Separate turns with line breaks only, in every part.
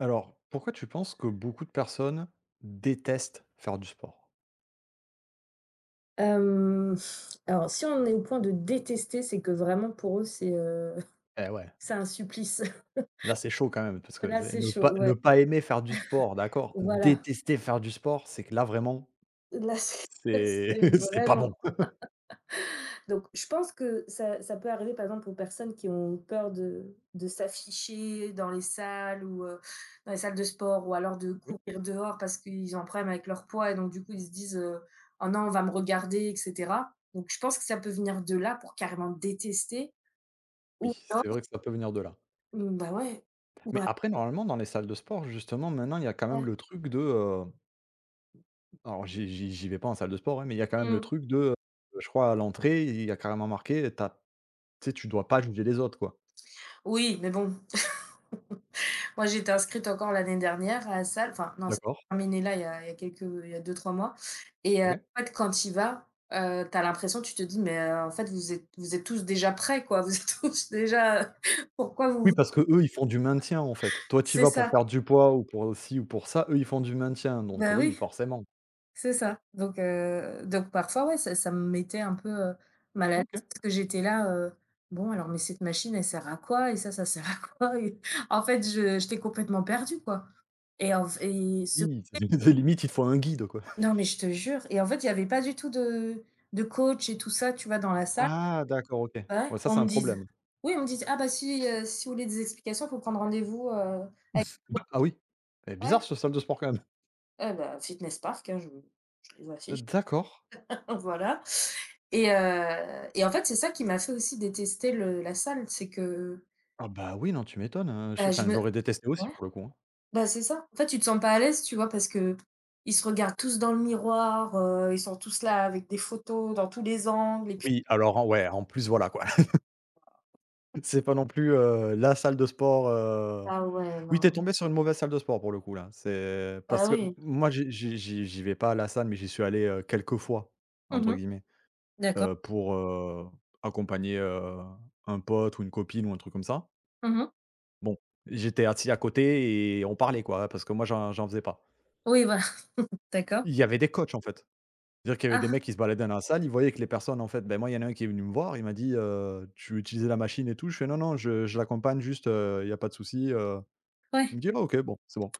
Alors, pourquoi tu penses que beaucoup de personnes détestent faire du sport?
Hem, alors si on en est au point de détester, c'est que vraiment pour eux
Eh ouais,
c'est un supplice.
là c'est chaud quand même, parce que
Là
c'est
c'est
ne
chaud,
pas
ouais.
ne pas aimer faire du sport, d'accord.
Voilà,
Détester faire du sport, c'est que là vraiment,
là c'est
c'est
c'est
c'est pas
vraiment
bon.
donc je pense que ça peut arriver par exemple aux personnes qui ont peur de s'afficher dans les salles ou dans les salles de sport, ou alors de
Oui.
courir dehors parce qu'ils ont un problème avec leur poids et donc du coup ils se disent: «Oh non, on va me regarder», et cetera. Donc je pense que ça peut venir de là pour carrément détester,
Oui,
ou alors,
c'est vrai que ça peut venir de là.
mmh, bah, ouais.
Mais
Ouais.
après, normalement, dans les salles de sport, justement, maintenant, il y a quand même
Ouais.
le truc de, alors j'y vais pas en salle de sport, hein, mais il y a quand même le
Mmh.
truc de, je crois à l'entrée, il y a carrément marqué, t'as tu sais, tu dois pas juger les autres, quoi.
Oui, mais bon, moi j'étais inscrite encore l'année dernière à la salle, enfin non, ça s'est
D'accord,
terminé là il y a deux trois mois.
OK.
En fait quand tu y vas, t'as l'impression, tu te dis: «Mais, en fait vous êtes tous déjà prêts quoi, vous êtes tous déjà, pourquoi
Oui,
vous».
parce que eux ils font du maintien, en fait. Toi, tu y
C'est
vas pour
ça.
perdre du poids ou pour ci ou pour ça. Eux, ils font du maintien, donc
Ben
oui,
oui,
forcément.
c'est ça. Donc parfois ouais, ça me mettait un peu mal à l'aise,
OK.
parce que j'étais là: «Bon alors mais cette machine elle sert à quoi et ça sert à quoi?» Et en fait je j'étais complètement perdue quoi, et en et ce.
Oui, c'est c'est limite, il te faut un guide, quoi.
Non, mais je te jure, et en fait, il y avait pas du tout de coach et tout ça, tu vois, dans la salle.
Ah d'accord, OK.
Ouais.
Ouais, ça,
On
c'est un
me dise
problème.
Oui, on me dise: «Ah bah si, si vous voulez des explications, faut prendre rendez-vous, avec».
Ah oui? Eh,
Ouais,
bizarre cette salle de sport, quand même.
eh bah, Fitness Park, hein, je les affiche,
D'accord.
voilà. Et en fait, c'est ça qui m'a fait aussi détester le la salle, c'est que,
Ah bah, oui, non, tu m'étonnes, hein, je
bah, je
enfin,
me
j'aurais détesté aussi,
ouais,
pour le coup, hein.
bah, c'est ça. En fait, tu te sens pas à l'aise, tu vois? Parce qu'ils se regardent tous dans le miroir, ils sont tous là avec des photos dans tous les angles et puis,
Oui, alors, en ouais, en plus, voilà, quoi. C'est pas non plus, la salle de sport.
ah ouais,
Oui, t'es
non.
tombé sur une mauvaise salle de sport pour le coup là. C'est
Bah
parce que
oui.
moi j'y vais pas à la salle, mais j'y suis allé, «quelques fois»
Mmh
entre
mh.
guillemets,
D'accord.
pour, accompagner, un pote ou une copine ou un truc comme ça.
Mmh mh.
Bon, j'étais assis à côté et on parlait quoi, parce que moi j'en faisais pas.
Oui, voilà, d'accord.
Il y avait des coachs en fait. C'est-à-dire qu'il y avait des
Ah
mecs qui se baladaient dans la salle, ils voyaient que les personnes en fait ben moi il y en a un qui est venu me voir, il m'a dit: «Tu veux utiliser la machine et tout?» Je fais: «Non, non, je l'accompagne juste, il y a pas de souci». Il
ouais,
me dit: «Ah OK, bon, c'est bon».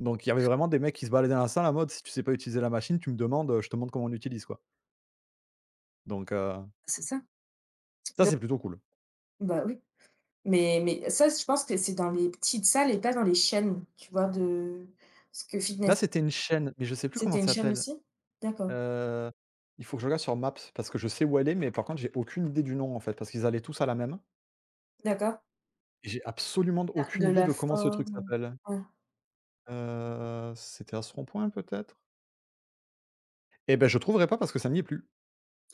Donc il y avait vraiment des mecs qui se baladaient dans la salle en mode: «Si tu sais pas utiliser la machine, tu me demandes, je te montre comment on l'utilise, quoi». Donc
c'est ça.
ça,
De
c'est plutôt cool.
Bah oui, mais ça, je pense que c'est dans les petites salles et pas dans les chaînes, tu vois? De Parce que Fitness,
Là, c'était une chaîne, mais je sais plus comment
c'était
ça
une chaîne
s'appelle.
aussi? D'accord,
Heu, il faut que je regarde sur Maps parce que je sais où elle est, mais par contre, j'ai aucune idée du nom, en fait, parce qu'ils allaient tous à la même.
d'accord.
Et j'ai absolument
Cercle
aucune
de
idée
la
de comment ce truc
forme,
s'appelle.
ouais.
C'était à ce rond-point, peut-être? Et ben je trouverai pas parce que ça n'y est plus.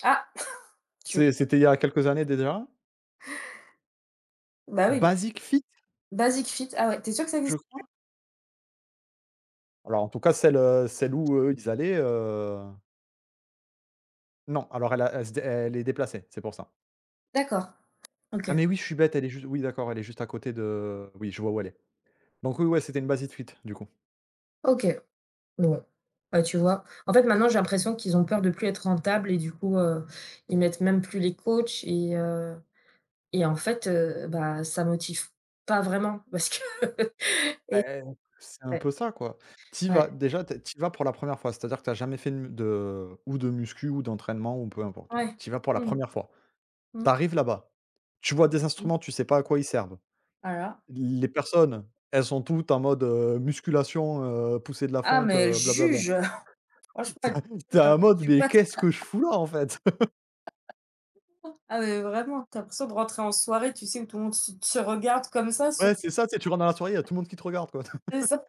Ah! Tu
C'était il y a quelques années déjà.
Bah oui,
Basic Fit,
Basic Fit, ah ouais, tu es sûr que ça
je
existe?
crois? Alors en tout cas, celle où, ils allaient Non, alors elle a elle se dé elle est déplacée, c'est pour ça.
D'accord.
Ah
OK.
mais oui, je suis bête, elle est juste oui d'accord, elle est juste à côté de oui, je vois où elle est. Donc oui, ouais, c'était une base de fuite, du coup.
OK. Bon, bah, tu vois? En fait, maintenant, j'ai l'impression qu'ils ont peur de plus être rentables et du coup, ils mettent même plus les coachs et en fait, bah, ça motive pas vraiment parce que, et
Eh, c'est un
ouais,
peu ça quoi. Tu vas
ouais,
déjà tu vas pour la première fois, c'est-à-dire que t'as jamais fait de mu de ou de muscu ou d'entraînement ou peu importe.
ouais.
Tu vas pour la
Mmh,
première fois.
mmh,
T'arrives là-bas, tu vois des
mmh.
instruments, tu sais pas à quoi ils servent.
Voilà.
Les personnes, elles sont toutes en mode, musculation, poussée de la
Ah
fonte,
mais elle
blablabla.
juge, franchement elle te juge,
T'es
hein,
en
quand
mode:
tu
«Mais
passes.
qu'est-ce que je fous là en fait?»
Ah mais vraiment, tu as l'impression de rentrer en soirée, tu sais, où tout le monde se regarde comme ça, sauf
Ouais, c'est ça, tu sais, tu rentres dans la soirée, il y a tout le monde qui te regarde, quoi.
eux, ça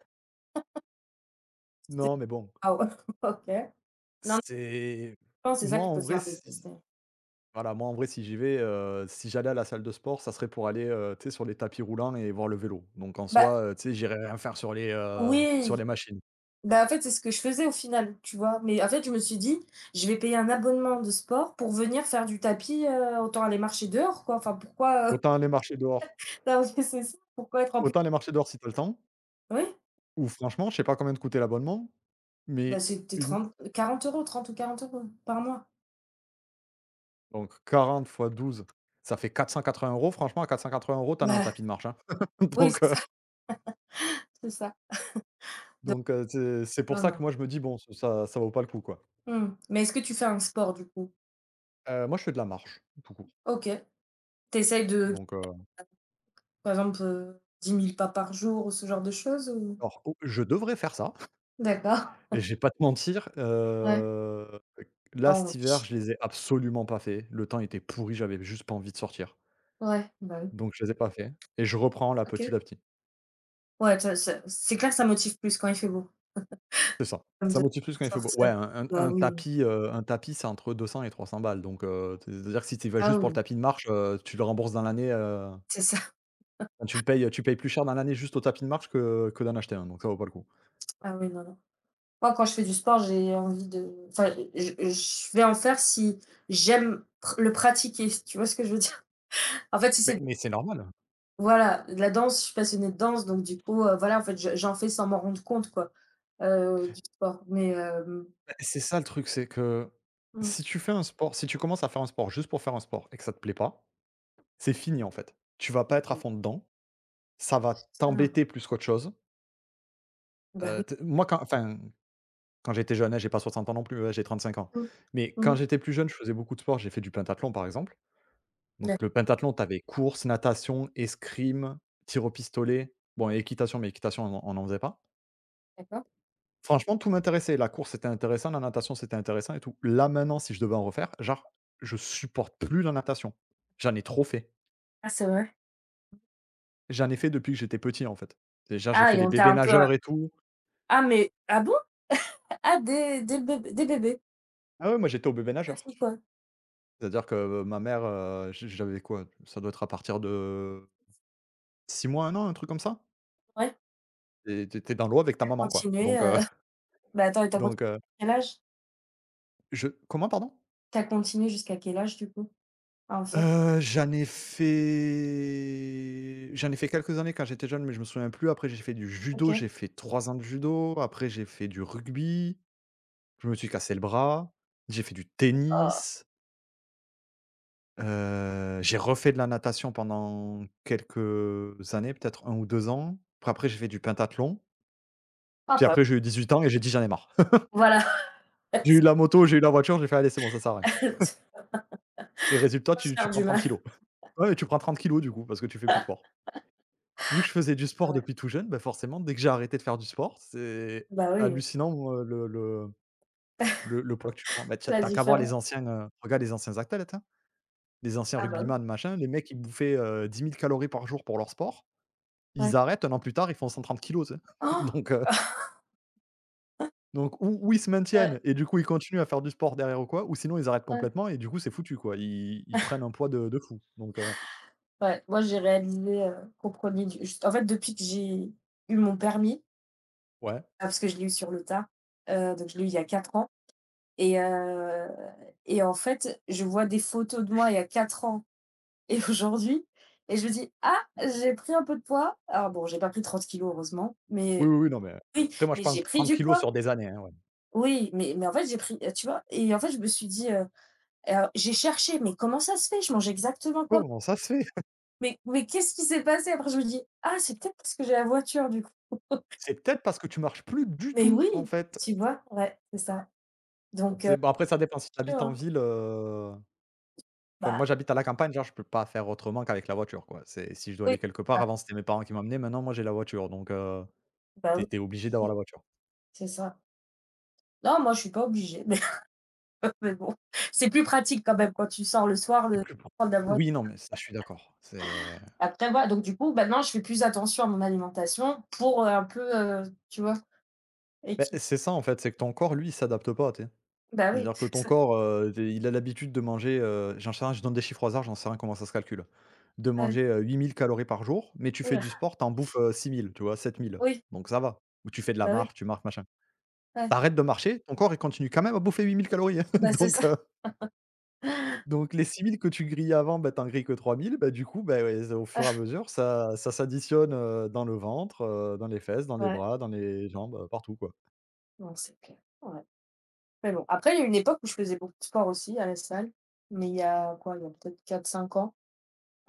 c'est
Non, mais bon,
ah ouais, OK. Non, non,
c'est
je pense c'est ça
moi,
qui
en
peut
vrai,
faire
si
détester.
voilà, moi, en vrai, si j'y vais, si j'allais à la salle de sport, ça serait pour aller, tu sais, sur les tapis roulants et voir le vélo. Donc en
Bah
soi, tu sais, j'irais rien faire sur les
oui!
machines.
Bah, en fait, c'est ce que je faisais au final, tu vois? Mais en fait, je me suis dit: «Je vais payer un abonnement de sport pour venir faire du tapis, autant aller marcher dehors, quoi». Enfin, pourquoi,
Autant aller marcher dehors
non, mais c'est ça, pourquoi être en plus
si t'as le temps,
oui,
ou franchement, je sais pas combien te coûtait l'abonnement,
bah,
mais
c'était
une
trente quarante euros, 30 ou 40 euros par mois.
donc 40 fois 12, ça fait 480 euros. Franchement, à quatre cent quatre €, euros, t'en as un
Bah,
tapis de marche, hein.
oui,
Donc
c'est
euh,
ça, c'est ça.
Donc c'est pour
Non,
ça
non.
que moi je me dis: «Bon, ça ça vaut pas le coup, quoi».
Mmh. Mais est-ce que tu fais un sport, du coup?
Moi je fais de la marche, tout court.
OK. Tu essayes de,
Donc
par exemple, 10 000 pas par jour ou ce genre de choses ou?
alors oh, je devrais faire ça
D'accord.
et je vais pas te mentir,
Ouais. Pas
là cet hiver,
envie.
je les ai absolument pas fait. Le temps était pourri, j'avais juste pas envie de sortir.
Ouais, bah, oui.
Donc je les ai pas fait et je reprends là
OK.
petit à petit.
Ouais, ça c'est clair, ça motive plus quand il fait beau.
C'est ça.
Comme
Ça
de
motive plus quand il fait beau. Ouais,
sortir.
un un
Bah
un
oui.
tapis, heu, un tapis, c'est entre 200 et 300 balles. Donc c'est-à-dire que si tu vas
Ah
juste pour le
oui,
tapis de marche, tu le rembourses dans l'année,
c'est ça.
enfin tu le payes, tu payes plus cher dans l'année juste au tapis de marche que d'en acheter un, donc ça vaut pas le coup.
Ah oui, non, non. Moi, quand je fais du sport, j'ai envie de, enfin, je vais en faire si j'aime pr le pratiquer, tu vois ce que je veux dire? En fait, si
Mais
c'est
mais c'est normal.
voilà, de la danse, je suis passionnée de danse, donc du coup, voilà, en fait, je j'en fais sans m'en rendre compte, quoi, du sport. Mais
Bah, c'est ça le truc, c'est que
mmh.
si tu fais un sport si tu commences à faire un sport juste pour faire un sport et que ça te plaît pas, c'est
Ah
fini
oui,
en
alors
fait. Tu vas
que
pas être à
oui,
fond dedans, ça va
professionnel.
t'embêter plus qu'autre chose.
Bah oui.
T moi quand enfin, quand j'étais jeune, hein, j'ai pas 60 ans non plus, hein, j'ai 5 ans.
Mmh.
Mais quand
Mmh.
j'étais plus jeune, je faisais beaucoup de sport, j'ai fait du pentathlon par exemple. Donc
D'ac
le pentathlon, tu avais course, natation, escrime, tir au pistolet, bon et équitation, mais équitation on en faisait pas.
d'accord.
Franchement, tout m'intéressait. La course, c'était intéressant, la natation, c'était intéressant et tout. Là, maintenant, si je devais en refaire, genre, je supporte plus la natation. J'en ai trop fait.
Ah c'est vrai?
J'en ai fait depuis que j'étais petit, en fait. Déjà, j'ai
Ah
fait
et
les
on t'a
bébés
un peu,
nageurs et tout.
ah mais ah bon? Ah des bébés bébé dès bébé?
Ah ouais, moi, j'étais au bébé nageur.
Quoi?
C'est-à-dire que, ma mère, j'avais quoi? Ça doit être à partir de 6 mois, 1 an, un truc comme ça
Ouais,
et tu dans l'eau
et
avec ta
tu as
maman, quoi,
continué,
donc
heu bah, attends et tu as
donc
continué à quel âge?
je comment, pardon?
Tu as continué jusqu'à quel âge du coup à en faire?
J'en ai fait quelques années quand j'étais jeune, mais je me souviens plus. Après, j'ai fait du judo, j'ai
OK.
fait 3 ans de judo. Après, j'ai fait du rugby, je me suis cassé le bras. J'ai fait du
Oh,
tennis, j'ai refait de la natation pendant quelques années, peut-être 1 ou 2 ans. Puis après, j'ai fait du pentathlon.
ah
Puis
pas
après, j'ai eu 18 ans et j'ai dit: «J'en ai marre».
voilà,
J'ai
ça
eu la moto, j'ai eu la voiture, j'ai fait: «Allez, c'est bon, ça sert à rien» et résultat,
faut se
tu
faire
prends
du
30
mal.
kilos. Ouais, tu prends 30 kilos du coup, parce que tu fais plus de sport. Vu que je faisais du sport
Ouais,
depuis tout jeune, bah, forcément, dès que j'ai arrêté de faire du sport, c'est
bah, oui,
hallucinant, le poids que tu prends. Bah, t'as
la
as qu'à voir
différence.
les anciens, regarde les anciens athlètes, hein, les anciens
Ah bah, oui,
rugbyman, machin, les mecs, ils bouffaient, 10 000 calories par jour pour leur sport.
ouais.
Ils arrêtent, 1 an plus tard, ils font 130 kg, tu sais? Donc heu, donc ou ils se
Ouais,
maintiennent et du coup, ils continuent à faire du sport derrière ou quoi, ou sinon ils arrêtent
ouais,
complètement et du coup, c'est foutu, quoi. Ils prennent un poids de fou. Donc
ouais. Moi j'ai réalisé qu'on prenait du juste en fait depuis que j'ai eu mon permis,
ouais.
ah parce que je l'ai eu sur le tard, donc je l'ai eu il y a 4 ans, et heu et en fait, je vois des photos de moi il y a 4 ans, et aujourd'hui, et je me dis: «Ah, j'ai pris un peu de poids». Alors bon, j'ai pas pris 30 kilogrammes heureusement,
Oui,
mais
oui, oui, non, mais
oui,
après moi, je
mais
prends
j'ai pris
30
du
kilos
poids.
sur des années, hein, ouais.
Oui, mais en fait, j'ai pris, tu vois? Et en fait, je me suis dit, alors j'ai cherché: «Mais comment ça se fait? Je mange exactement comme,
Comment ça se fait?
mais qu'est-ce qui s'est passé?» Après je me dis: «Ah, c'est peut-être parce que j'ai la voiture du coup».
C'est peut-être parce que tu marches plus du
Mais
tout,
oui,
en fait.
tu vois? Ouais, c'est ça. Donc heu,
C'est bon, après ça dépend si tu
Chaud,
habites en
hein?
ville, enfin
Bah
moi j'habite à la campagne, genre je peux pas faire autrement qu'avec la voiture, quoi. C'est si je dois
oui,
aller quelque
c'est
part,
ça.
avant c'était mes parents qui m'emmenaient, maintenant moi j'ai la voiture donc
Bah
tu
oui,
es obligé d'avoir la voiture.
c'est ça. Non, moi, je suis pas obligée. Mais bon, c'est plus pratique quand même quand tu sors le soir
C'est
de
plus pro
prendre la voiture.
Oui, non, mais ça je suis d'accord. C'est
Après, voilà, donc du coup, maintenant, je fais plus attention à mon alimentation pour un peu, tu vois?
Beh,
Équil
c'est ça en fait, c'est que ton corps lui, il s'adapte pas, tu sais?
Bah oui,
C'est-à-dire que
c'est
ton
ça.
corps, tu il a l'habitude de manger, j'en sais rien, je donne des chiffres au hasard, j'en sais rien comment ça se calcule. De
Ouais.
manger, 8 000 calories par jour, mais tu fais
Ouh
du sport, t'en bouffes, 6 000, tu vois? 7 000,
oui,
donc ça va. Ou tu fais de la
bah oui,
marche, tu marches, machin.
ouais,
T'arrêtes de marcher, ton corps, il continue quand même à bouffer 8 000 calories,
bah c'est ça.
donc les 6 000 que tu grillais avant, bah, t'en grilles que 3 000, bah, du coup, bah, ouais, au fur et à mesure, ça s'additionne, dans le ventre, dans les fesses, dans les
Ouais,
bras, dans les jambes, partout, quoi.
non, c'est clair, ouais. Mais bon, après, il y a une époque où je faisais beaucoup de sport aussi à la salle, mais il y a quoi? Il y a peut-être 4 5 ans.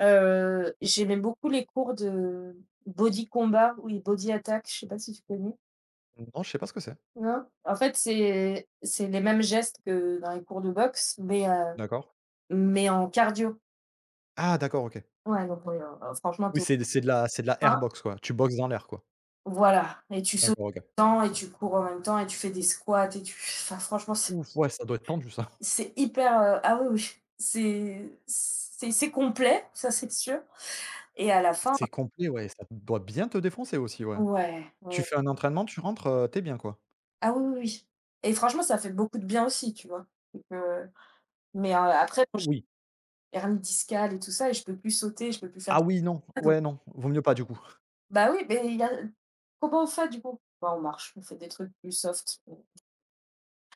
J'aimais beaucoup les cours de body combat ou les body attack, je sais pas si tu connais?
Non, je sais pas ce que c'est.
Non, en fait, c'est les mêmes gestes que dans les cours de boxe, mais heu,
D'accord.
mais en cardio.
Ah d'accord, OK.
Ouais, donc oui, franchement,
Oui,
tu es au
c'est de la
frein
airbox, quoi. Tu boxes dans l'air, quoi.
voilà, et tu sautes
D'accord, OK.
en même temps et tu cours en même temps et tu fais des squats et tu enfin franchement,
Ouf, ouais, ça doit être tendu ça.
c'est hyper, ah oui, oui, c'est complet, ça, c'est sûr, et à la fin
C'est complet, ouais, ça doit bien te défoncer aussi, ouais.
ouais, ouais,
Tu
ouais.
fais un entraînement, tu rentres, tu es bien, quoi?
Ah oui, oui, oui, et franchement, ça fait beaucoup de bien aussi, tu vois? Donc heu, après, bon, j'ai
Oui.
hernie discale et tout ça et je peux plus sauter, je peux plus faire
Ah oui, non.
ça.
Ouais, non, vaut mieux pas du coup.
Bah oui, mais il y a comment on fait du coup? Bah, on marche, on fait des trucs plus soft on-,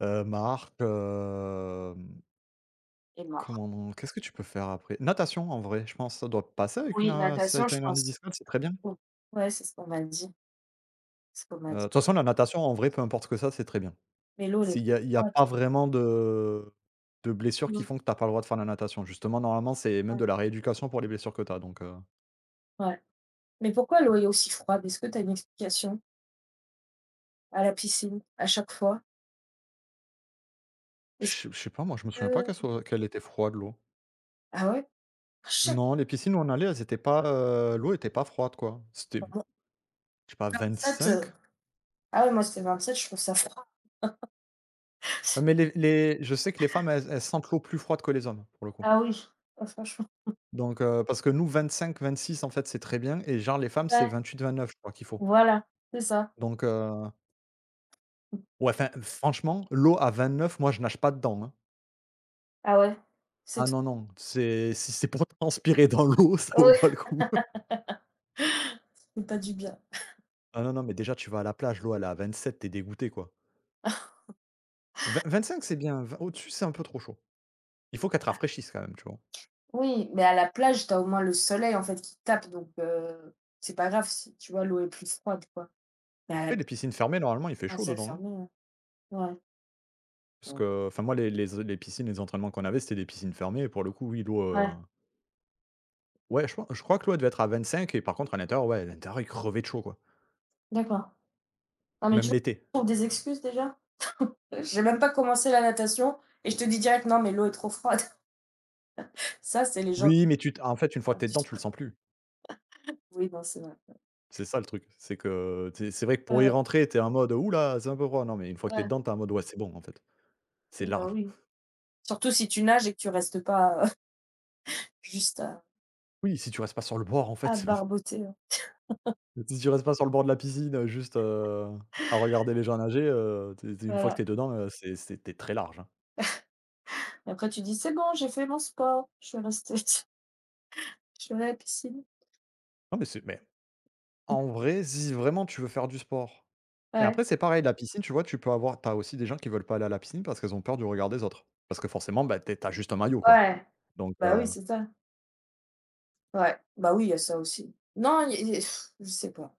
Marche,
et marche.
comment on qu'est-ce que tu peux faire après? Natation, en vrai, je pense, ça doit passer avec
Oui,
si
natation,
tu as
je
une hernie
pense.
discale, c'est très bien.
Ou Ouais, c'est ce qu'on m'a dit, c'est ce qu'on m'a
De
dit.
toute façon, la natation, en vrai, peu importe ce que ça, c'est très bien.
Mais l'eau, elle est
S'il y
trop
a
froide.
pas vraiment de blessures qui
Mmh,
font que t'as pas le droit de faire la natation. Justement, normalement, c'est même
ouais.
de la rééducation pour les blessures que t'as. donc heu,
Ouais. Mais pourquoi l'eau est aussi froide? Est-ce que tu as une explication? À la piscine, à chaque fois? Est-ce
je je sais pas moi, je me souviens pas
que
qu'elle était froide l'eau.
Ah ouais? À chaque
Non, les piscines où on allait, elles étaient pas, l'eau était pas froide, quoi. C'était,
fois, moi
je sais pas,
27,
25?
ah ouais, moi c'était 27, je trouve ça froid.
Mais les je sais que les femmes, elles sentent l'eau plus froide que les hommes, pour le coup.
Ah oui, ah franchement.
Donc, parce que nous 25, 26 en fait, c'est très bien, et genre les femmes, c'est
Ouais.
vingt 29, je crois qu'il faut.
Voilà, c'est ça.
Donc, ouais, enfin franchement, l'eau à 29, moi je nage pas dedans, hein.
Ah ouais, c'est
Ah
tout.
non, non, c'est si c'est pour transpirer dans l'eau, ça vaut pas
Ouais.
le coup.
C'est pas du bien.
Ah non, non, mais déjà, tu vas à la plage, l'eau, elle est à 27, tu es dégoûté, quoi. Vin 25, c'est bien, v au-dessus, c'est un peu trop chaud. Il faut qu'elle te rafraîchisse quand même, tu vois?
Oui, mais à la plage, t'as au moins le soleil en fait qui tape, donc c'est pas grave si, tu vois, l'eau est plus froide, quoi. Mais à la
Après, les piscines fermées, normalement, il fait
plage,
chaud
c'est
dedans, hein?
fermé, hein. Ouais.
Parce
Mmh.
que, enfin, moi, les piscines, les entraînements qu'on avait, c'était des piscines fermées, et pour le coup, oui, l'eau,
Ouais,
ouais, je crois que l'eau, elle devait être à 25, et par contre, à l'intérieur, il crevait de chaud, quoi.
d'accord. Non, mais tu
Même
vois,
l'été.
je trouve des excuses déjà. J'ai même pas commencé la natation et je te dis direct: «Non, mais l'eau est trop froide». Ça, c'est les gens qui
Oui, mais tu t en fait, une fois
font
que t'es
du
dedans, tu le
sport.
sens plus.
Oui, non, c'est vrai.
C'est ça le truc, c'est que tu c'est vrai que pour y
Ouais,
rentrer, t'es es en mode: «Ouh là, c'est un peu froid». Non, mais une fois que t'es
ouais,
dedans, t'es es en mode: «Ouais, c'est bon en fait, c'est
oui, bah,
large».
oui. Surtout si tu nages et que tu restes pas, juste à
Oui, si tu restes pas sur le bord en fait,
à
c'est bon.
barboter, hein.
Si tu restes pas sur le bord de la piscine, juste, à regarder les gens nager, tu es une fois que
Voilà,
t'es dedans, c'est tu très large, hein.
et après tu dis: «C'est bon, j'ai fait mon sport, je suis restée je suis allée à la piscine».
Non, mais c'est mais en vrai, si vraiment tu veux faire du sport, mais
Ouais.
après c'est pareil, la piscine, tu vois, tu peux avoir t'as aussi des gens qui veulent pas aller à la piscine parce qu'elles ont peur du regard des autres. Parce que forcément, bah, tu es juste un maillot, quoi,
Ouais.
donc.
Bah oui, c'est ça. Ouais, bah oui, il y a ça aussi. Non, il y a pff, je sais pas.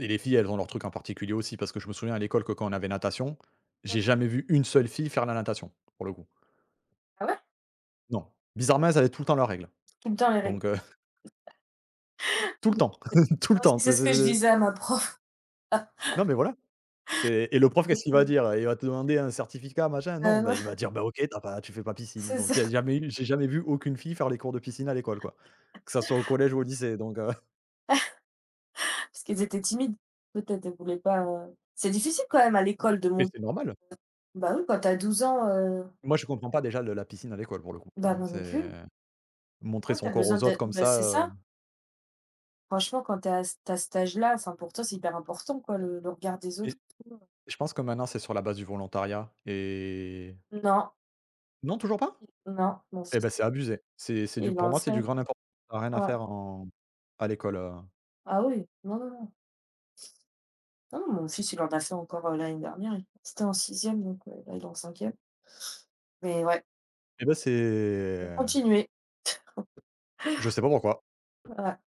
Et les filles, elles ont leur truc en particulier aussi, parce que je me souviens à l'école que quand on avait natation,
Mmh.
j'ai jamais vu une seule fille faire la natation, pour le coup.
Ah ouais?
Non. Bizarrement, elles avaient tout le temps leurs règles.
Tout le temps les règles.
Donc, tout le temps, tout le
Moi aussi,
temps,
c'est ce que je
c'est
disais à ma prof.
non, mais voilà, c'est et le prof, qu'est-ce
Parce
qu'il
que,
va dire? Il va te demander un certificat, machin? Non, bah,
euh,
il va dire: «Bah, OK, tu fais pas piscine».
c'est
Donc il y a
ça.
jamais eu j'ai jamais vu aucune fille faire les cours de piscine à l'école, quoi. Que ça soit au collège ou au lycée, donc,
Parce qu'elles étaient timides. Peut-être elles voulaient pas, c'est difficile quand même à l'école de
mais
mon,
c'est normal.
bah oui, quand t'as 12 ans,
Moi, je comprends pas déjà le la piscine à l'école, pour le coup, tu
bah
vois?
moi non
C'est
plus.
montrer
Toi,
son
tu
corps
besoin
aux autres
de,
comme
bah
ça,
c'est
heu
ça. Franchement, quand t'es à c tu cet âge-là, enfin pour toi, c'est hyper important quoi, le regard des autres.
Je pense que maintenant, c'est sur la base du volontariat, et
Non,
Non, toujours pas?
non, mon
Eh
fils,
ben c'est abusé. C'est du
il va
pour
en
moi, c'est du
fait.
grand n'importe quoi. Ça a rien à
Ouais.
faire en à l'école,
Ah oui, non, non, non. Non, non, mon fils, il en a fait encore, l'année dernière. C'était en sixième donc, là, il est en cinquième. Mais ouais,
et bah, c'est
continuer.
je sais pas pourquoi.
Ouais.